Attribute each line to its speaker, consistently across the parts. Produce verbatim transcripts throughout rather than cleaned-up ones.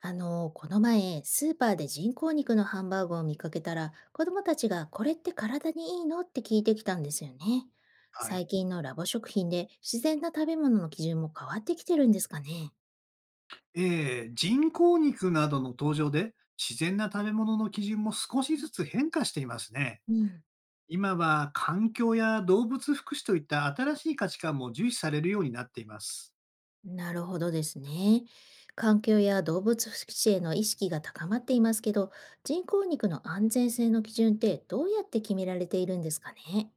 Speaker 1: あの、この前、スーパーで人工肉のハンバーグを見かけたら、子供たちがこれって体にいいのって聞いてきたんですよね。
Speaker 2: はい。
Speaker 1: 最近のラボ食品で自然な食べ物の基準も変わってきてるんですかね。
Speaker 2: ええ、人工肉などの登場で、自然な食べ物の基準も少しずつ変化していますね。
Speaker 1: うん。
Speaker 2: 今は環境や動物福祉といった新しい価値観も重視されるようになっています。
Speaker 1: なるほどですね。環境や動物福祉への意識が高まっていますけど、人工肉の安全性の基準ってどうやって決められているんですかね。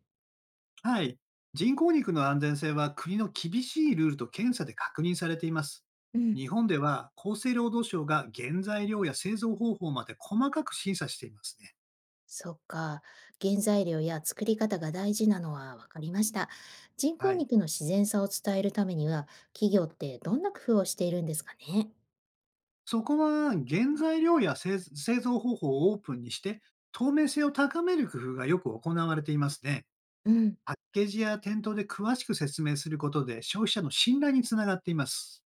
Speaker 2: はい。人工肉の安全性は国の厳しいルールと検査で確認されています。
Speaker 1: うん。
Speaker 2: 日本では厚生労働省が原材料や製造方法まで細かく審査していますね。
Speaker 1: そっか。原材料や作り方が大事なのは分かりました。人
Speaker 2: は
Speaker 1: 工
Speaker 2: い。
Speaker 1: 肉の自然さを伝えるためには、企業ってどんな工夫をしているんですかね。
Speaker 2: そこは原材料や製製造方法をオープンにして、透明性を高める工夫がよく行われていますね。
Speaker 1: うん。
Speaker 2: パッケージや店頭で詳しく説明することで消費者の信頼につながっています。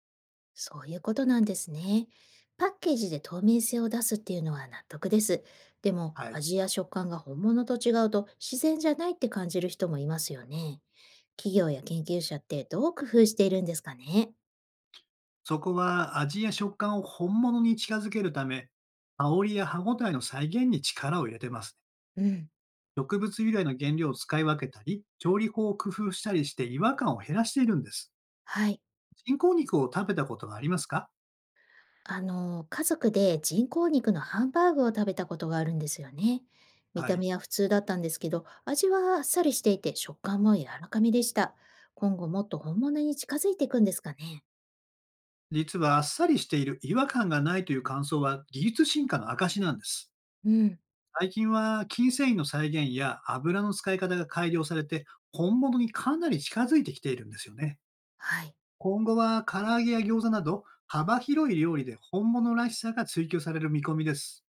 Speaker 1: そういうことなんですね。パッケージで透明性を出すっていうのは納得です。でも、
Speaker 2: はい。
Speaker 1: 味や食感が本物と違うと自然じゃないって感じる人もいますよね。企業や研究者ってどう工夫しているんですかね。
Speaker 2: そこは味や食感を本物に近づけるため、香りや歯ごたえの再現に力を入れてますね。
Speaker 1: うん。
Speaker 2: 植物由来の原料を使い分けたり、調理法を工夫したりして違和感を減らしているんです。
Speaker 1: はい。
Speaker 2: 人工肉を食べたことがありますか？
Speaker 1: あの、家族で人工肉のハンバーグを食べたことがあるんですよね。見
Speaker 2: は
Speaker 1: た
Speaker 2: い。
Speaker 1: 目は普通だったんですけど、味はあっさりしていて食感も柔らかめでした。今後もっと本物に近づいていくんですかね。
Speaker 2: 実はあっさりしている、違和感がないという感想は技術進化の証なんです。
Speaker 1: うん。
Speaker 2: 最近は筋繊維の再現や油の使い方が改良されて、本物にかなり近づいてきているんですよね。
Speaker 1: はい。
Speaker 2: 今後は唐揚げや餃子など幅広い料理で本物らしさが追求される見込みです。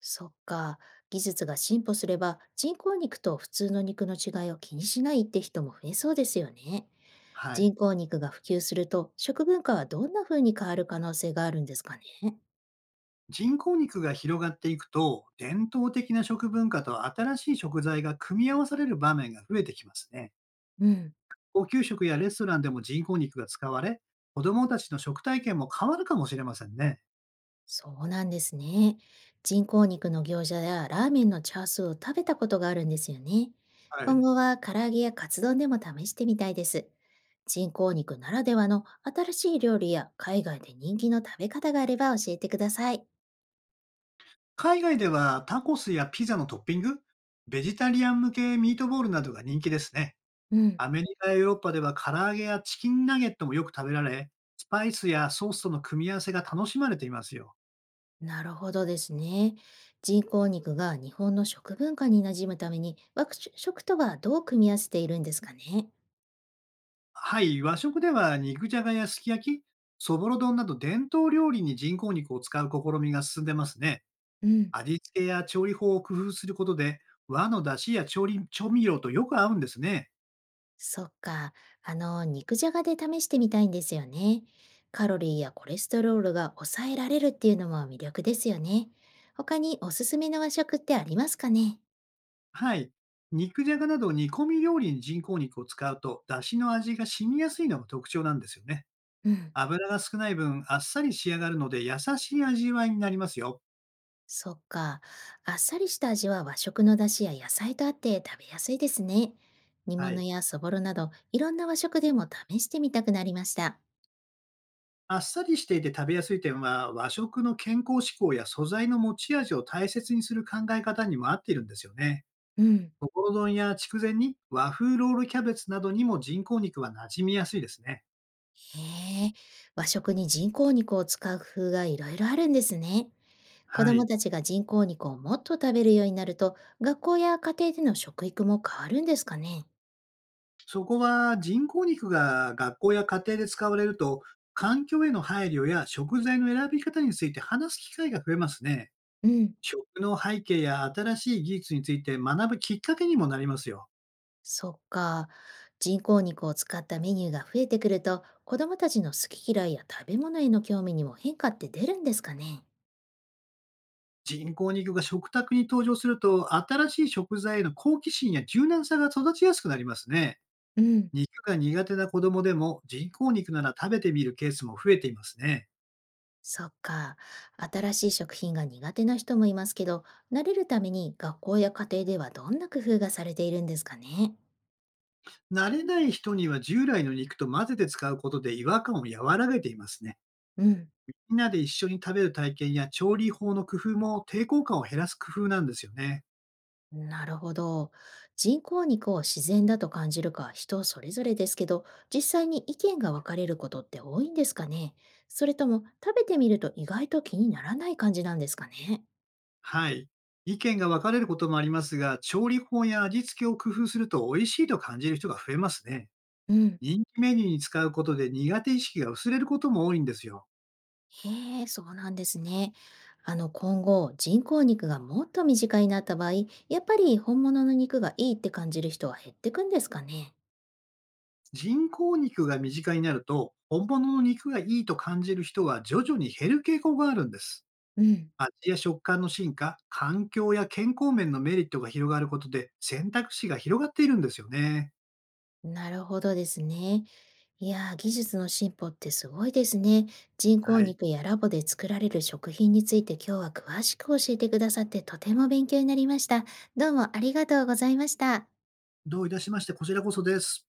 Speaker 1: そっか。技術が進歩すれば、人工肉と普通の肉の違いを気にしないって人も増えそうですよね。
Speaker 2: はい。
Speaker 1: 人工肉が普及すると、食文化はどんな風に変わる可能性があるんですかね。
Speaker 2: 人工肉が広がっていくと、伝統的な食文化と新しい食材が組み合わされる場面が増えてきますね。
Speaker 1: うん。
Speaker 2: お給食やレストランでも人工肉が使われ、子供たちの食体験も変わるかもしれませんね。
Speaker 1: そうなんですね。人工肉の餃子やラーメンのチャースを食べたことがあるんですよね。
Speaker 2: は
Speaker 1: 今
Speaker 2: い。
Speaker 1: 後は唐揚げやカツ丼でも試してみたいです。人工肉ならではの新しい料理や海外で人気の食べ方があれば教えてください。
Speaker 2: 海外ではタコスやピザのトッピング、ベジタリアン向けミートボールなどが人気ですね。
Speaker 1: うん。
Speaker 2: アメリカやヨーロッパでは唐揚げやチキンナゲットもよく食べられ、スパイスやソースとの組み合わせが楽しまれていますよ。
Speaker 1: なるほどですね。人工肉が日本の食文化に馴染むために、和食とはどう組み合わせているんですかね。
Speaker 2: はい、和食では肉じゃがやすき焼き、そぼろ丼など伝統料理に人工肉を使う試みが進んでますね。
Speaker 1: うん。
Speaker 2: 味付けや調理法を工夫することで、和の出汁や調理調味料とよく合うんですね。
Speaker 1: そっか。あの、肉じゃがで試してみたいんですよね。カロリーやコレステロールが抑えられるっていうのも魅力ですよね。他におすすめの和食ってありますかね。
Speaker 2: はい。肉じゃがなど煮込み料理に人工肉を使うと、出汁の味が染みやすいのが特徴なんですよね。
Speaker 1: うん。
Speaker 2: 油が少ない分、あっさり仕上がるので、優しい味わいになりますよ。
Speaker 1: そっか。あっさりした味は和食の出汁や野菜とあって食べやすいですね。煮
Speaker 2: は
Speaker 1: 物
Speaker 2: い。
Speaker 1: やそぼろなど、いろんな和食でも試してみたくなりました。
Speaker 2: あっさりしていて食べやすい点は、和食の健康志向や素材の持ち味を大切にする考え方にも合っているんですよね。
Speaker 1: うん。
Speaker 2: ところ丼や筑前煮、和風ロールキャベツなどにも人工肉は馴染みやすいですね。
Speaker 1: へえ、和食に人工肉を使う工夫がいろいろあるんですね。子
Speaker 2: は
Speaker 1: ども
Speaker 2: い。
Speaker 1: たちが人工肉をもっと食べるようになると、学校や家庭での食育も変わるんですかね。
Speaker 2: そこは人工肉が学校や家庭で使われると、環境への配慮や食材の選び方について話す機会が増えますね。
Speaker 1: うん。
Speaker 2: 食の背景や新しい技術について学ぶきっかけにもなりますよ。
Speaker 1: そっか。人工肉を使ったメニューが増えてくると、子どもたちの好き嫌いや食べ物への興味にも変化って出るんですかね。
Speaker 2: 人工肉が食卓に登場すると、新しい食材への好奇心や柔軟さが育ちやすくなりますね。
Speaker 1: うん。
Speaker 2: 肉が苦手な子供でも人工肉なら食べてみるケースも増えていますね。
Speaker 1: そっか。新しい食品が苦手な人もいますけど、慣れるために学校や家庭ではどんな工夫がされているんですかね。
Speaker 2: 慣れない人には従来の肉と混ぜて使うことで違和感を和らげていますね。
Speaker 1: うん。
Speaker 2: みんなで一緒に食べる体験や調理法の工夫も抵抗感を減らす工夫なんですよね。
Speaker 1: なるほど。人工肉を自然だと感じるかは人それぞれですけど、実際に意見が分かれることって多いんですかね。それとも食べてみると意外と気にならない感じなんですかね。
Speaker 2: はい。意見が分かれることもありますが、調理法や味付けを工夫すると美味しいと感じる人が増えますね。
Speaker 1: うん。
Speaker 2: 人気メニューに使うことで苦手意識が薄れることも多いんですよ。
Speaker 1: へえ、そうなんですね。あの、今後、人工肉がもっと身近になった場合、やっぱり本物の肉がいいって感じる人は減ってくんですかね。
Speaker 2: 人工肉が身近になると、本物の肉がいいと感じる人は徐々に減る傾向があるんです。
Speaker 1: うん。
Speaker 2: 味や食感の進化、環境や健康面のメリットが広がることで選択肢が広がっているんですよね。
Speaker 1: なるほどですね。いやー、技術の進歩ってすごいですね。人工
Speaker 2: はい。
Speaker 1: 肉やラボで作られる食品について今日は詳しく教えてくださってとても勉強になりました。どうもありがとうございました。
Speaker 2: どういたしまして、こちらこそです。